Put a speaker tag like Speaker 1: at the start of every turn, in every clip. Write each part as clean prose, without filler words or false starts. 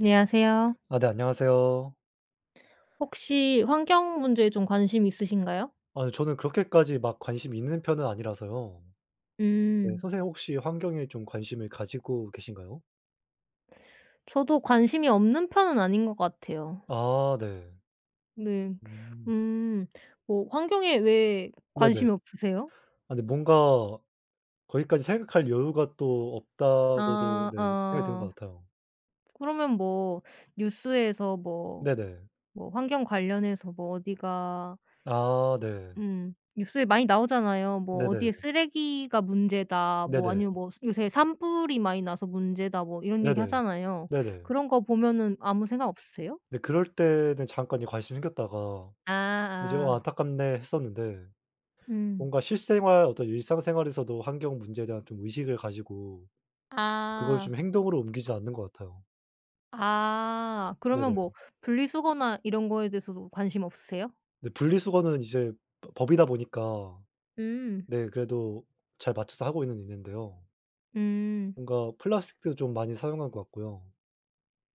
Speaker 1: 안녕하세요.
Speaker 2: 아 네 안녕하세요.
Speaker 1: 혹시 환경 문제에 좀 관심 있으신가요?
Speaker 2: 아 네, 저는 그렇게까지 막 관심 있는 편은 아니라서요. 네
Speaker 1: 음.
Speaker 2: 선생님 혹시 환경에 좀 관심을 가지고 계신가요?
Speaker 1: 저도 관심이 없는 편은 아닌 것 같아요.
Speaker 2: 아 네.
Speaker 1: 네.
Speaker 2: 음.
Speaker 1: 음. 뭐 환경에 왜
Speaker 2: 네네.
Speaker 1: 관심이 없으세요?
Speaker 2: 아 근데 뭔가 거기까지 생각할 여유가 또 없다고도
Speaker 1: 아
Speaker 2: 네 생각이 드는
Speaker 1: 아.
Speaker 2: 것 같아요.
Speaker 1: 그러면 뭐 뉴스에서 뭐
Speaker 2: 네네.
Speaker 1: 환경 관련해서 뭐 어디가
Speaker 2: 아 네.
Speaker 1: 뉴스에 많이 나오잖아요. 뭐 "어디에
Speaker 2: 네네.
Speaker 1: 쓰레기가 문제다." 뭐
Speaker 2: 네네.
Speaker 1: 아니면 뭐 "요새 산불이 많이 나서 문제다." 뭐 이런 얘기
Speaker 2: 네네.
Speaker 1: 하잖아요.
Speaker 2: 네네.
Speaker 1: 그런 거 보면은 아무 생각 없으세요?
Speaker 2: 네 그럴 때는 잠깐 이 관심이 생겼다가
Speaker 1: 아
Speaker 2: 이제 '어
Speaker 1: 아.
Speaker 2: 안타깝네.' 했었는데
Speaker 1: 음.
Speaker 2: 뭔가 실생활 어떤 일상생활에서도 환경 문제에 대한 좀 의식을 가지고 그걸 좀
Speaker 1: 아.
Speaker 2: 행동으로 옮기지 않는 것 같아요.
Speaker 1: 아.
Speaker 2: 네네.
Speaker 1: 그러면 뭐 분리수거나 이런 거에 대해서도 관심 없으세요?
Speaker 2: 근데 분리수거는 이제 버 법이다 보니까
Speaker 1: 음.
Speaker 2: 네 그래도 잘 맞춰서 하고는 있는데요.
Speaker 1: 음.
Speaker 2: 뭔가 플라스틱도 좀 많이 사용한 것 같고요.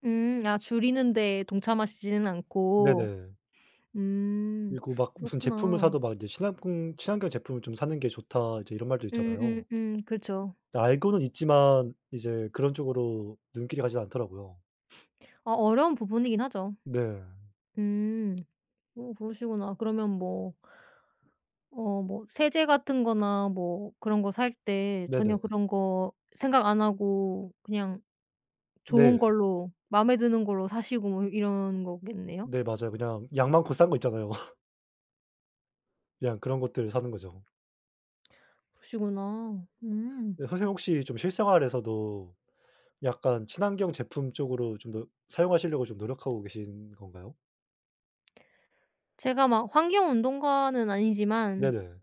Speaker 1: 음. 아 줄이는 데 동참하시지는 않고.
Speaker 2: 네네.
Speaker 1: 음.
Speaker 2: 그리고 막 무슨 제품을
Speaker 1: 그렇구나.
Speaker 2: 사도 막 이제 "친환경 친환경 제품을 좀 사는 게 좋다." 이제 이런 말도 있잖아요.
Speaker 1: 그렇죠.
Speaker 2: 알고는 있지만 이제 그런 쪽으로 눈길이 가지 않더라고요.
Speaker 1: 아 어려운 부분이긴 하죠.
Speaker 2: 네.
Speaker 1: 음. 오, 그러시구나. 그러면 뭐 어 뭐 세제 같은 거나 뭐 그런 거 살 때 전혀
Speaker 2: 네네.
Speaker 1: 그런 거 생각 안 하고 그냥 좋은
Speaker 2: 네.
Speaker 1: 걸로 마음에 드는 걸로 사시고 뭐 이런 거겠네요?
Speaker 2: 네 맞아요. 그냥 양 많고 싼 거 있잖아요. 그냥 그런 것들 사는 거죠.
Speaker 1: 그러시구나. 음.
Speaker 2: 네 선생님 혹시 좀 실생활에서도 약간 친환경 제품 쪽으로 좀 더 사용하시려고 좀 노력하고 계신 건가요?
Speaker 1: 제가 막 환경 운동가는 아니지만
Speaker 2: 네네.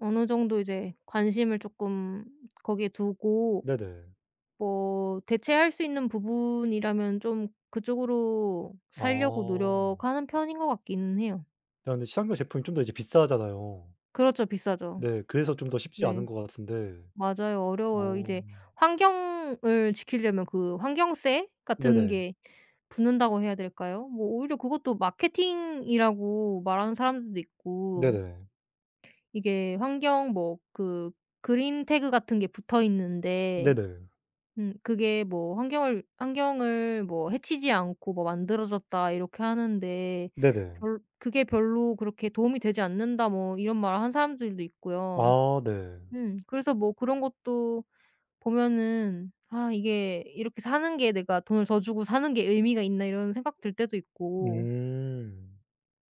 Speaker 1: 어느 정도 이제 관심을 조금 거기에 두고
Speaker 2: 네네.
Speaker 1: 뭐 대체할 수 있는 부분이라면 좀 그쪽으로 살려고
Speaker 2: 아.
Speaker 1: 노력하는 편인 것 같기는 해요.
Speaker 2: 야 근데 친환경 제품이 좀 더 이제 비싸잖아요.
Speaker 1: 그렇죠. 비싸죠.
Speaker 2: 네. 그래서 좀 더 쉽지 않은
Speaker 1: 네.
Speaker 2: 것 같은데.
Speaker 1: 맞아요. 어려워요.
Speaker 2: 어.
Speaker 1: 이제 환경을 지키려면 그 환경세 같은
Speaker 2: 네네.
Speaker 1: 게 붙는다고 해야 될까요? 뭐 오히려 그것도 마케팅이라고 말하는 사람들도 있고
Speaker 2: 네네.
Speaker 1: 이게 환경 뭐 그 그린 태그 같은 게 붙어 있는데
Speaker 2: 네네.
Speaker 1: 그게 뭐 환경을 뭐 해치지 않고 뭐 만들어졌다 이렇게 하는데
Speaker 2: 네네.
Speaker 1: 별 그게 별로 그렇게 도움이 되지 않는다 뭐 이런 말을 한 사람들도 있고요.
Speaker 2: 아 네.
Speaker 1: 그래서 뭐 그런 것도 보면은 '아 이게 이렇게 사는 게 내가 돈을 더 주고 사는 게 의미가 있나.' 이런 생각 들 때도 있고
Speaker 2: 음.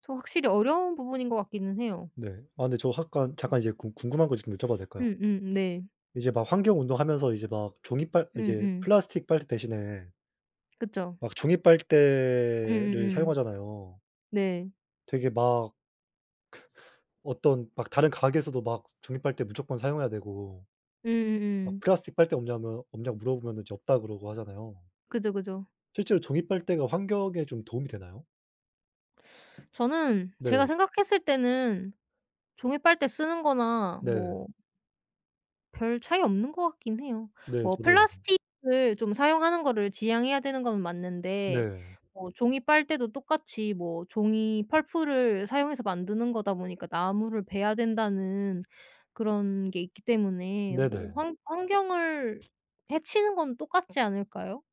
Speaker 1: 저 확실히 어려운 부분인 것 같기는 해요.
Speaker 2: 네. 아 근데 저 약간 잠깐 이제 궁 궁금한 거 좀 여쭤봐도 될까요?
Speaker 1: 음음 네.
Speaker 2: 이제 막 환경 운동하면서 이제 막 종이 빨 이제
Speaker 1: 음음.
Speaker 2: 플라스틱 빨대 대신에
Speaker 1: 그쵸.
Speaker 2: 막 종이 빨대를
Speaker 1: 음음음.
Speaker 2: 사용하잖아요.
Speaker 1: 네.
Speaker 2: 되게 막 어떤 막 다른 가게에서도 막 종이 빨대 무조건 사용해야 되고 막
Speaker 1: 음음음.
Speaker 2: "플라스틱 빨대 없냐면 없냐고 물어보면은 이제 '없다.' 그러고 하잖아요.
Speaker 1: 그죠, 그죠.
Speaker 2: 실제로 종이 빨대가 환경에 좀 도움이 되나요?
Speaker 1: 저는 제가
Speaker 2: 네.
Speaker 1: 생각했을 때는 종이 빨대 쓰는 거나
Speaker 2: 네.
Speaker 1: 뭐 별 차이 없는 것 같긴 해요.
Speaker 2: 네.
Speaker 1: 뭐
Speaker 2: 저도요.
Speaker 1: 플라스틱을 좀 사용하는 거를 지양해야 되는 건 맞는데
Speaker 2: 네.
Speaker 1: 뭐 종이 빨대도 똑같이 뭐 종이 펄프를 사용해서 만드는 거다 보니까 나무를 베야 된다는 그런 게 있기 때문에
Speaker 2: 네네.
Speaker 1: 뭐
Speaker 2: 네
Speaker 1: 환 환경을 해치는 건 똑같지 않을까요?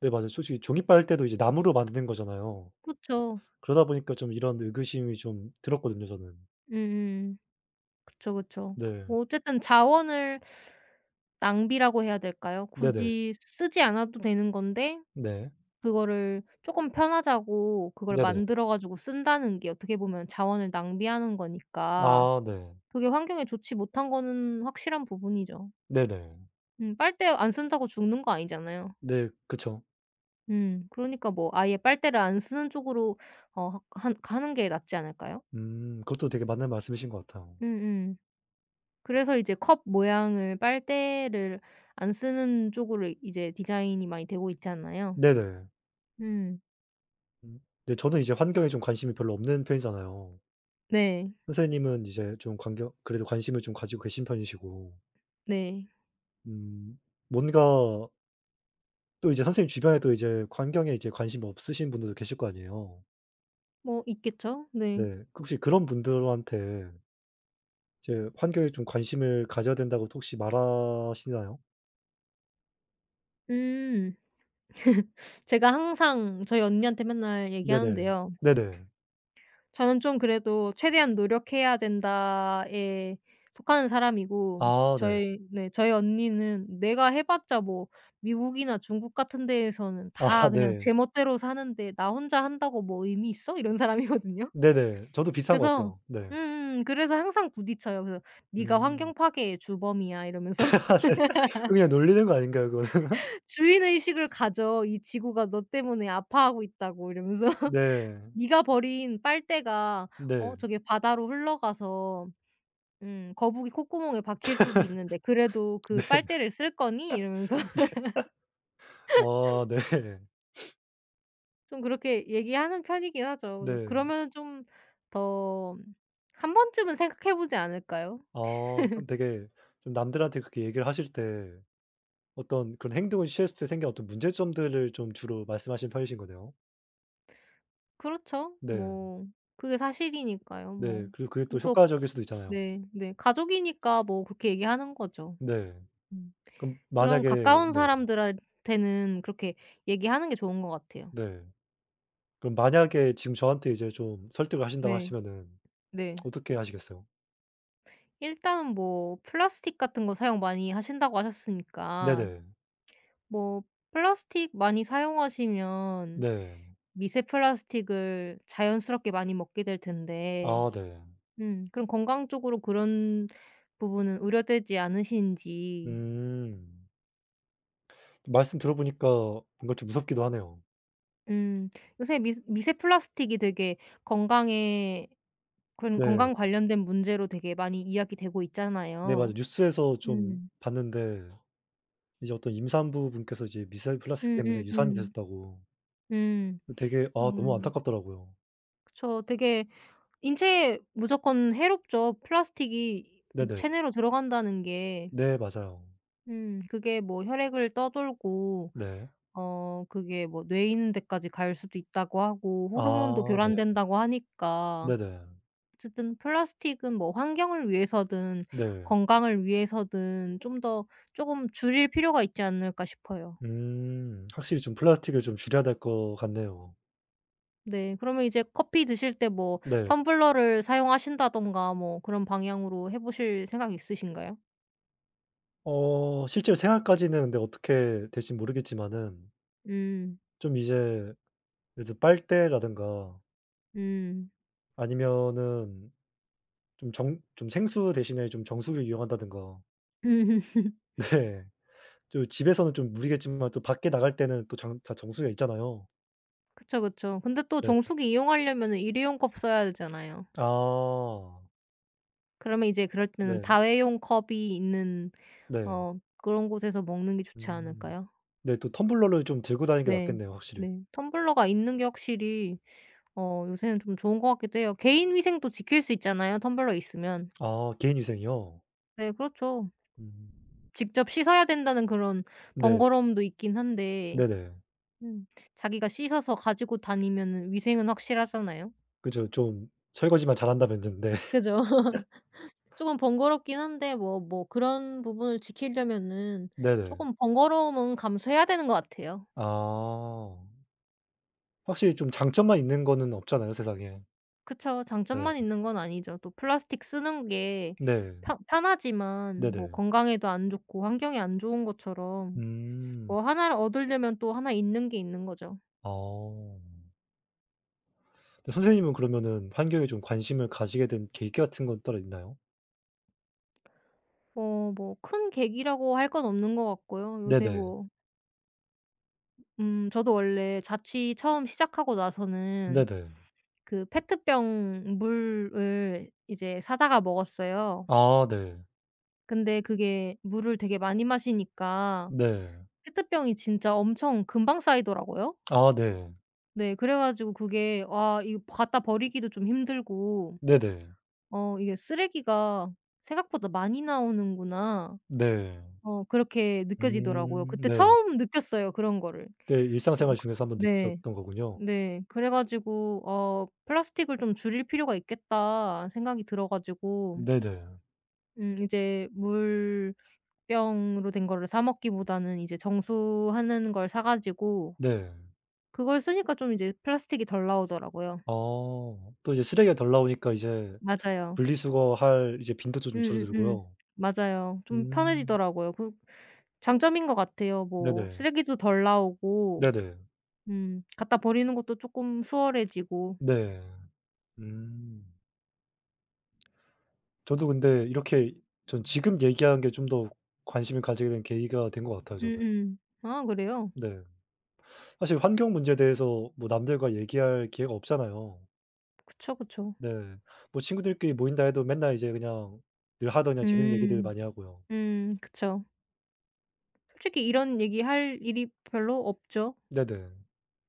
Speaker 2: 네, 맞아요. 솔직히 종이 빨대도 이제 나무로 만드는 거잖아요.
Speaker 1: 그쵸.
Speaker 2: 그러다 보니까 좀 이런 의구심이 좀 들었거든요 저는.
Speaker 1: 음음. 그쵸, 그쵸.
Speaker 2: 네.
Speaker 1: 뭐 어쨌든 자원을 낭비라고 해야 될까요?
Speaker 2: 네네.
Speaker 1: 굳이 쓰지 않아도 되는 건데
Speaker 2: 네.
Speaker 1: 그거를 조금 편하자고 그걸
Speaker 2: 네네.
Speaker 1: 만들어 가지고 쓴다는 게 어떻게 보면 자원을 낭비하는 거니까
Speaker 2: 아 네.
Speaker 1: 그게 환경에 좋지 못한 거는 확실한 부분이죠.
Speaker 2: 네네. 네.
Speaker 1: 빨대 안 쓴다고 죽는 거 아니잖아요.
Speaker 2: 네, 그쵸.
Speaker 1: 그러니까 뭐 아예 빨대를 안 쓰는 쪽으로 어 하 한 가는 게 낫지 않을까요?
Speaker 2: 그것도 되게 맞는 말씀이신 것 같아요.
Speaker 1: 음음. 그래서 이제 컵 모양을 빨대를 안 쓰는 쪽으로 이제 디자인이 많이 되고 있잖아요.
Speaker 2: 네네.
Speaker 1: 음.
Speaker 2: 음. 근데 저는 이제 환경에 좀 관심이 별로 없는 편이잖아요.
Speaker 1: 네.
Speaker 2: 선생님은 이제 좀 관경 그래도 관심을 좀 가지고 계신 편이시고
Speaker 1: 네.
Speaker 2: 음 뭔가 또 이제 선생님 주변에도 이제 환경에 이제 관심이 없으신 분들도 계실 거 아니에요.
Speaker 1: 뭐 있겠죠?
Speaker 2: 네.
Speaker 1: 네.
Speaker 2: 그 혹시 그런 분들한테 이제 환경에 좀 관심을 가져야 된다고 혹시 말하시나요?
Speaker 1: 음. 제가 항상 저희 언니한테 맨날
Speaker 2: 네네.
Speaker 1: 얘기하는데요.
Speaker 2: 네네.
Speaker 1: 저는 좀 그래도 '최대한 노력해야 된다.'에 속하는 사람이고
Speaker 2: 아 네.
Speaker 1: 저희 언니는 내가 해 봤자 뭐 미국이나 중국 같은 데에서는
Speaker 2: 아
Speaker 1: 다 그냥
Speaker 2: 네.
Speaker 1: 제 멋대로 사는데 '나 혼자 한다고 뭐 의미 있어?' 이런 사람이거든요.
Speaker 2: 네네. 저도 비슷한 것
Speaker 1: 그래서
Speaker 2: 같아요. 네.
Speaker 1: 그래서 항상 부딪혀요. 그래서 "네가
Speaker 2: 음.
Speaker 1: 환경 파괴의 주범이야." 이러면서
Speaker 2: 그냥 놀리는 거 아닌가요 그거는?
Speaker 1: "주인 의식을 가져. 이 지구가 너 때문에 아파하고 있다고." 이러면서.
Speaker 2: 네.
Speaker 1: 네가 버린 빨대가 어
Speaker 2: 네.
Speaker 1: 저게 바다로 흘러가서 거북이 콧구멍에 박힐 수도 있는데 "그래도 그
Speaker 2: 네.
Speaker 1: 빨대를 쓸 거니?" 이러면서
Speaker 2: 아 네.
Speaker 1: 좀 그렇게 얘기하는 편이긴 하죠. 근데
Speaker 2: 네.
Speaker 1: 그러면은 좀 더 한 번쯤은 생각해 보지 않을까요?
Speaker 2: 아 그럼 되게 좀 남들한테 그렇게 얘기를 하실 때 어떤 그런 행동을 취했을 때 생긴 어떤 문제점들을 좀 주로 말씀하시는 편이신 거네요.
Speaker 1: 그렇죠.
Speaker 2: 네.
Speaker 1: 뭐 그게 사실이니까요
Speaker 2: 네.
Speaker 1: 뭐.
Speaker 2: 그리고 그게 또
Speaker 1: 근데 또
Speaker 2: 효과적일 수도 있잖아요.
Speaker 1: 네 네 가족이니까 뭐 그렇게 얘기하는 거죠.
Speaker 2: 네.
Speaker 1: 음.
Speaker 2: 그럼
Speaker 1: 그런
Speaker 2: 만약에
Speaker 1: 가까운
Speaker 2: 네.
Speaker 1: 사람들한테는 그렇게 얘기하는 게 좋은 것 같아요.
Speaker 2: 네. 그럼 만약에 지금 저한테 이제 좀 설득을 하신다고
Speaker 1: 네.
Speaker 2: 하시면은
Speaker 1: 네.
Speaker 2: 어떻게 하시겠어요?
Speaker 1: 일단은 뭐 플라스틱 같은 거 사용 많이 하신다고 하셨으니까
Speaker 2: 네네.
Speaker 1: 뭐 플라스틱 많이 사용하시면
Speaker 2: 네.
Speaker 1: 미세 플라스틱을 자연스럽게 많이 먹게 될 텐데
Speaker 2: 아 네.
Speaker 1: 그럼 건강 쪽으로 그런 부분은 우려되지 않으신지
Speaker 2: 음. 말씀 들어보니까 뭔가 좀 무섭기도 하네요.
Speaker 1: 음 요새 미 미세 플라스틱이 되게 건강에 그런
Speaker 2: 네.
Speaker 1: 건강 관련된 문제로 되게 많이 이야기되고
Speaker 2: 네 맞아요.
Speaker 1: 있잖아요.
Speaker 2: 뉴스에서 좀
Speaker 1: 음.
Speaker 2: 봤는데 이제 어떤 임산부 분께서 이제 미사일 플라스틱 때문에 유산이
Speaker 1: 음.
Speaker 2: 되셨다고.
Speaker 1: 음.
Speaker 2: 그 되게
Speaker 1: 음.
Speaker 2: 아 너무
Speaker 1: 음.
Speaker 2: 안타깝더라고요.
Speaker 1: 그쵸. 되게 인체에 무조건 해롭죠. 플라스틱이
Speaker 2: 네네.
Speaker 1: 체내로 들어간다는 게.
Speaker 2: 네 맞아요.
Speaker 1: 그게 뭐 혈액을 떠돌고
Speaker 2: 네.
Speaker 1: 어 그게 뭐 뇌 있는 데까지 갈 수도 있다고 하고 호르몬도
Speaker 2: 아 네.
Speaker 1: 교란된다고 하니까
Speaker 2: 네네.
Speaker 1: 어쨌든 플라스틱은 뭐 환경을 위해서든
Speaker 2: 네.
Speaker 1: 건강을 위해서든 좀 더 조금 줄일 필요가 있지 않을까 싶어요.
Speaker 2: 음. 확실히 좀 플라스틱을 좀 줄여야 될 것 같네요.
Speaker 1: 네. 그러면 이제 커피 드실 때 뭐
Speaker 2: 네.
Speaker 1: 텀블러를 사용하신다든가 뭐 그런 방향으로 해 보실 생각 있으신가요?
Speaker 2: 어 실제로 생활까지는 근데 어떻게 될진 모르겠지만은
Speaker 1: 음.
Speaker 2: 좀 이제 이제 빨대라든가
Speaker 1: 음.
Speaker 2: 아니면은 좀 생수 대신에 좀 정수기를 이용한다든가.
Speaker 1: 음.
Speaker 2: 네. 또 집에서는 좀 무리겠지만 또 밖에 나갈 때는 또 장 다 정수기가 있잖아요.
Speaker 1: 그쵸, 그쵸. 근데 또
Speaker 2: 네.
Speaker 1: 정수기 이용하려면은 일회용 컵 써야 되잖아요.
Speaker 2: 아.
Speaker 1: 그러면 이제 그럴 때는
Speaker 2: 네.
Speaker 1: 다회용 컵이 있는
Speaker 2: 네.
Speaker 1: 어 그런 곳에서 먹는 게 좋지
Speaker 2: 음.
Speaker 1: 않을까요?
Speaker 2: 네. 또 텀블러를 좀 들고 다니는 게
Speaker 1: 네.
Speaker 2: 낫겠네요 확실히.
Speaker 1: 네. 텀블러가 있는 게 확실히 어 요새는 좀 좋은 것 같기도 해요. 개인 위생도 지킬 수 있잖아요, 텀블러 있으면.
Speaker 2: 아 개인 위생이요?
Speaker 1: 네 그렇죠.
Speaker 2: 음.
Speaker 1: 직접 씻어야 된다는 그런
Speaker 2: 네.
Speaker 1: 번거로움도 있긴 한데
Speaker 2: 네네.
Speaker 1: 음 자기가 씻어서 가지고 다니면 위생은 확실하잖아요.
Speaker 2: 그죠. 좀 설거지만 잘한다면은 네.
Speaker 1: 그죠? 조금 번거롭긴 한데 뭐 그런 부분을 지키려면은
Speaker 2: 네네.
Speaker 1: 조금 번거로움은 감수해야 되는 것 같아요.
Speaker 2: 아. 확실히 좀 장점만 있는 거는 없잖아요 세상에.
Speaker 1: 그쵸.
Speaker 2: 네.
Speaker 1: 장점만 있는 건 아니죠. 또 플라스틱 쓰는 게
Speaker 2: 네.
Speaker 1: 편 편하지만 뭐
Speaker 2: 네네.
Speaker 1: 건강에도 안 좋고 환경에 안 좋은 것처럼
Speaker 2: 음.
Speaker 1: 뭐나를 얻으려면 또 하나 잃는 게 있는 거죠.
Speaker 2: 아. 근데 선생님은 그러면은 환경에 좀 관심을 가지게 된 계기 같은 건 따로 있나요?
Speaker 1: 뭐 큰 계기라고 할 건 없는 것 같고요. 요새
Speaker 2: 네네.
Speaker 1: 뭐 저도 원래 자취 처음 시작하고 나서는
Speaker 2: 네네.
Speaker 1: 그 페트병 물을 이제 사다가 먹었어요.
Speaker 2: 아 네.
Speaker 1: 근데 그게 물을 되게 많이 마시니까
Speaker 2: 네.
Speaker 1: 페트병이 진짜 엄청 금방 쌓이더라고요.
Speaker 2: 아 네.
Speaker 1: 네 그래 가지고 그게 와 이거 갖다 버리기도 좀 힘들고
Speaker 2: 네네.
Speaker 1: '어 이게 쓰레기가 생각보다 많이 나오는구나.'
Speaker 2: 네.
Speaker 1: 어 그렇게 느껴지더라고요. 그때
Speaker 2: 네.
Speaker 1: 처음 느꼈어요 그런 거를.
Speaker 2: 네
Speaker 1: 그
Speaker 2: 일상생활
Speaker 1: 그-
Speaker 2: 중에서 한번
Speaker 1: 네.
Speaker 2: 느끼셨던 거군요.
Speaker 1: 네. 그래 가지고 '어 플라스틱을 좀 줄일 필요가 있겠다.' 생각이 들어 가지고
Speaker 2: 네네.
Speaker 1: 이제 물 병으로 된 거를 사 먹기보다는 이제 정수하는 걸 사 가지고
Speaker 2: 네.
Speaker 1: 그걸 쓰니까 좀 이제 플라스틱이 덜 나오더라고요.
Speaker 2: 아 또 이제 쓰레기가 덜 나오니까 이제
Speaker 1: 맞아요.
Speaker 2: 분리수거할 이제 빈도도 좀
Speaker 1: 음음음.
Speaker 2: 줄어들고요.
Speaker 1: 맞아요. 좀
Speaker 2: 음
Speaker 1: 편해지더라고요. 그 장점인 것 같아요. 뭐
Speaker 2: 네네.
Speaker 1: 쓰레기도 덜 나오고
Speaker 2: 네네.
Speaker 1: 갖다 버리는 것도 쪼끔 수월해지고.
Speaker 2: 네. 음. 저도 근데 이렇게 전 지금 얘기한 게 좀 더 관심을 가지게 된 계기가 된 것 같아요 저는.
Speaker 1: 음음. 아 그래요?
Speaker 2: 네. 사실 환경 문제에 대해서 뭐 남들과 얘기할 기회가 없잖아요.
Speaker 1: 그쵸, 그쵸.
Speaker 2: 네. 뭐 친구들끼리 모인다 해도 맨날 이제 그냥 늘 하던 그냥 재밌는 얘기들
Speaker 1: 음.
Speaker 2: 많이 하고요.
Speaker 1: 그쵸. 솔직히 이런 얘기할 일이 별로 없죠.
Speaker 2: 네네.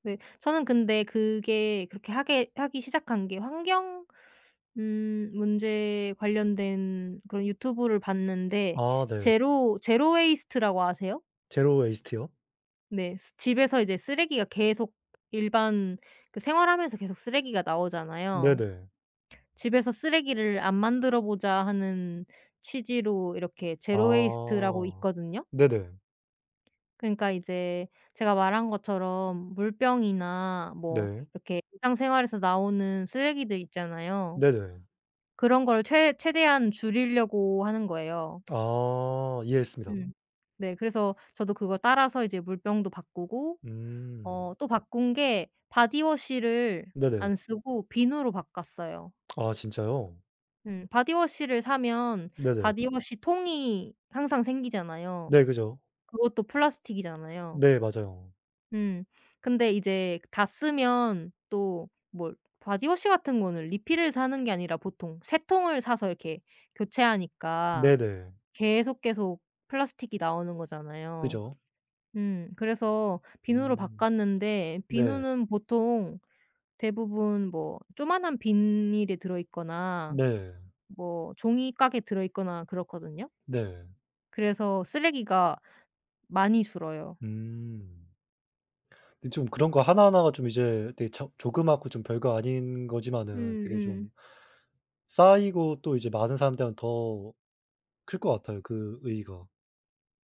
Speaker 1: 네. 저는 근데 그게 그렇게 하게 하기 시작한 게 환경 문제 관련된 그런 유튜브를 봤는데
Speaker 2: 아 네.
Speaker 1: 제로 웨이스트라고 아세요?
Speaker 2: 제로 웨이스트요?
Speaker 1: 네. 스 집에서 이제 쓰레기가 계속 일반 그 생활하면서 계속 쓰레기가 나오잖아요.
Speaker 2: 네네.
Speaker 1: '집에서 쓰레기를 안 만들어 보자.' 하는 취지로 이렇게 제로 웨이스트라고
Speaker 2: 아.
Speaker 1: 있거든요.
Speaker 2: 네네.
Speaker 1: 그러니까 이제 제가 말한 것처럼 물병이나 뭐
Speaker 2: 네.
Speaker 1: 이렇게 일상생활에서 나오는 쓰레기들 있잖아요.
Speaker 2: 네네.
Speaker 1: 그런 거를 최 최대한 줄이려고 하는 거예요.
Speaker 2: 아 이해했습니다.
Speaker 1: 음. 네. 그래서 저도 그거 따라서 이제 물병도 바꾸고
Speaker 2: 음.
Speaker 1: 어 또 바꾼 게 바디워시를
Speaker 2: 네네.
Speaker 1: 안 쓰고 비누로 바꿨어요.
Speaker 2: 아 진짜요?
Speaker 1: 음. 바디워시를 사면
Speaker 2: 네네.
Speaker 1: 바디워시 통이 항상 생기잖아요.
Speaker 2: 네 그죠.
Speaker 1: 그것도 플라스틱이잖아요.
Speaker 2: 네 맞아요.
Speaker 1: 음. 근데 이제 다 쓰면 또 뭘 바디워시 같은 거는 리필을 사는 게 아니라 보통 3통 통을 사서 이렇게 교체하니까
Speaker 2: 네네.
Speaker 1: 계속 플라스틱이 나오는 거잖아요.
Speaker 2: 그죠.
Speaker 1: 음. 그래서
Speaker 2: 음.
Speaker 1: 비누로
Speaker 2: 음.
Speaker 1: 바꿨는데
Speaker 2: 네.
Speaker 1: 비누는 보통 대부분 뭐 조만한 비닐에 들어 있거나
Speaker 2: 네.
Speaker 1: 뭐 종이깍에 들어 있거나 그렇거든요.
Speaker 2: 네.
Speaker 1: 그래서 쓰레기가 많이 줄어요.
Speaker 2: 음. 근데 좀 그런 거 하나하나가 좀 이제 되게 저 조그맣고 좀 별거 아닌 거지만은 되게
Speaker 1: 음음.
Speaker 2: 좀 쌓이고 또 이제 많은 사람들한테 더 클 것 같아요, 그 의의가.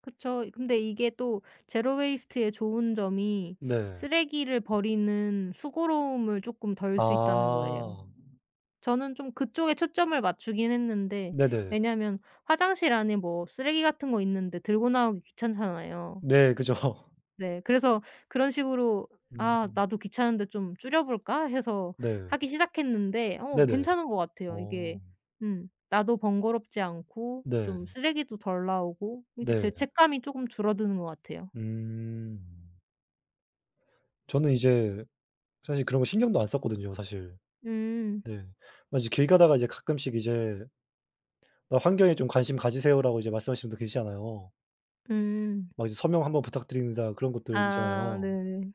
Speaker 1: 그쵸. 근데 이게 또 제로 웨이스트의 좋은 점이
Speaker 2: 네.
Speaker 1: 쓰레기를 버리는 수고로움을 조금 덜 수 있다는 거예요.
Speaker 2: 아.
Speaker 1: 저는 좀 그쪽에 초점을 맞추긴 했는데
Speaker 2: 네네.
Speaker 1: 왜냐면 화장실 안에 뭐 쓰레기 같은 거 있는데 들고 나오기 귀찮잖아요.
Speaker 2: 네 그죠.
Speaker 1: 네. 그래서 그런 식으로 '아
Speaker 2: 음.
Speaker 1: 나도 귀찮은데 좀 줄여 볼까?' 해서
Speaker 2: 네.
Speaker 1: 하기 시작했는데 어
Speaker 2: 네네.
Speaker 1: 괜찮은 것 같아요.
Speaker 2: 어.
Speaker 1: 이게 나도 번거롭지 않고
Speaker 2: 네.
Speaker 1: 좀 쓰레기도 덜 나오고 이제
Speaker 2: 네.
Speaker 1: 죄책감이 쪼금 줄어드는 것 같아요.
Speaker 2: 음. 저는 이제 사실 그런 거 신경도 안 썼거든요, 사실.
Speaker 1: 음.
Speaker 2: 네. 막 이제 길 가다가 이제 가끔씩 이제 "나 환경에 좀 관심 가지세요."라고 이제 말씀하시는 분들 계시잖아요.
Speaker 1: 음.
Speaker 2: 막 이제 "서명 한번 부탁드립니다." 그런 것들
Speaker 1: 아
Speaker 2: 있잖아요.
Speaker 1: 네네.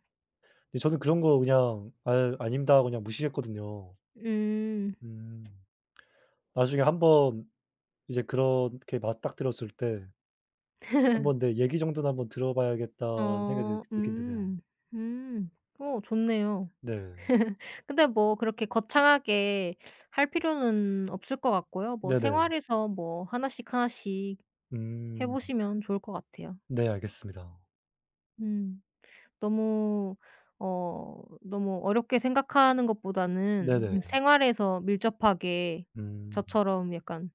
Speaker 2: 근데 저는 그런 거 그냥 "아유 아닙니다." 하고 그냥 무시했거든요.
Speaker 1: 음.
Speaker 2: 음. 나중에 한번 이제 그렇게 맞닥뜨렸을 때 '한번 내 얘기 정도는 한번 들어봐야겠다.'라는 생각이
Speaker 1: 어
Speaker 2: 들긴 드네요.
Speaker 1: 음. 어 좋네요.
Speaker 2: 네.
Speaker 1: 근데 뭐 그렇게 거창하게 할 필요는 없을 것 같고요. 뭐
Speaker 2: 네네.
Speaker 1: 생활에서 뭐 하나씩 하나씩 해
Speaker 2: 음.
Speaker 1: 보시면 좋을 것 같아요.
Speaker 2: 네 알겠습니다.
Speaker 1: 음. 너무 너무 어렵게 생각하는 것보다는
Speaker 2: 네네.
Speaker 1: 생활에서 밀접하게
Speaker 2: 음.
Speaker 1: 저처럼 약간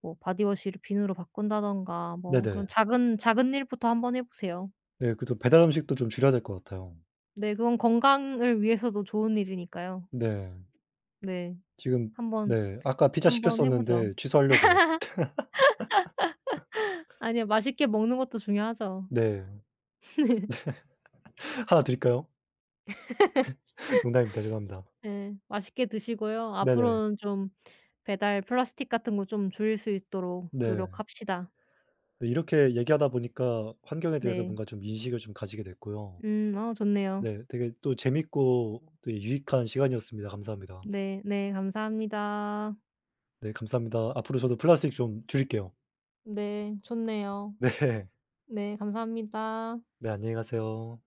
Speaker 1: 뭐 바디워시를 비누로 바꾼다든가 뭐
Speaker 2: 네네.
Speaker 1: 그런 작은 작은 일부터 한번 해 보세요.
Speaker 2: 네 그래도 배달 음식도 좀 줄여야 될 것 같아요.
Speaker 1: 네 그건 건강을 위해서도 좋은 일이니까요.
Speaker 2: 네.
Speaker 1: 네.
Speaker 2: 지금
Speaker 1: 한번
Speaker 2: 네 아까 피자
Speaker 1: 한번 해 보죠.
Speaker 2: 시켰었는데 취소하려고요.
Speaker 1: 아니요. 맛있게 먹는 것도 중요하죠.
Speaker 2: 네. 하나 드릴까요? 농담입니다. 죄송합니다.
Speaker 1: 네, 맛있게 드시고요.
Speaker 2: 네네.
Speaker 1: 앞으로는 좀 배달 플라스틱 같은 거 좀 줄일 수 있도록
Speaker 2: 네.
Speaker 1: 노력합시다.
Speaker 2: 네, 이렇게 얘기하다 보니까 환경에 대해서
Speaker 1: 네.
Speaker 2: 뭔가 좀 인식을 좀 가지게 됐고요.
Speaker 1: 음. 어 좋네요.
Speaker 2: 네 되게 또 재밌고 또 유익한 시간이었습니다. 감사합니다.
Speaker 1: 네. 네. 감사합니다.
Speaker 2: 네 감사합니다. 앞으로 저도 플라스틱 좀 줄일게요.
Speaker 1: 네. 좋네요.
Speaker 2: 네.
Speaker 1: 네. 감사합니다.
Speaker 2: 네 안녕히 가세요.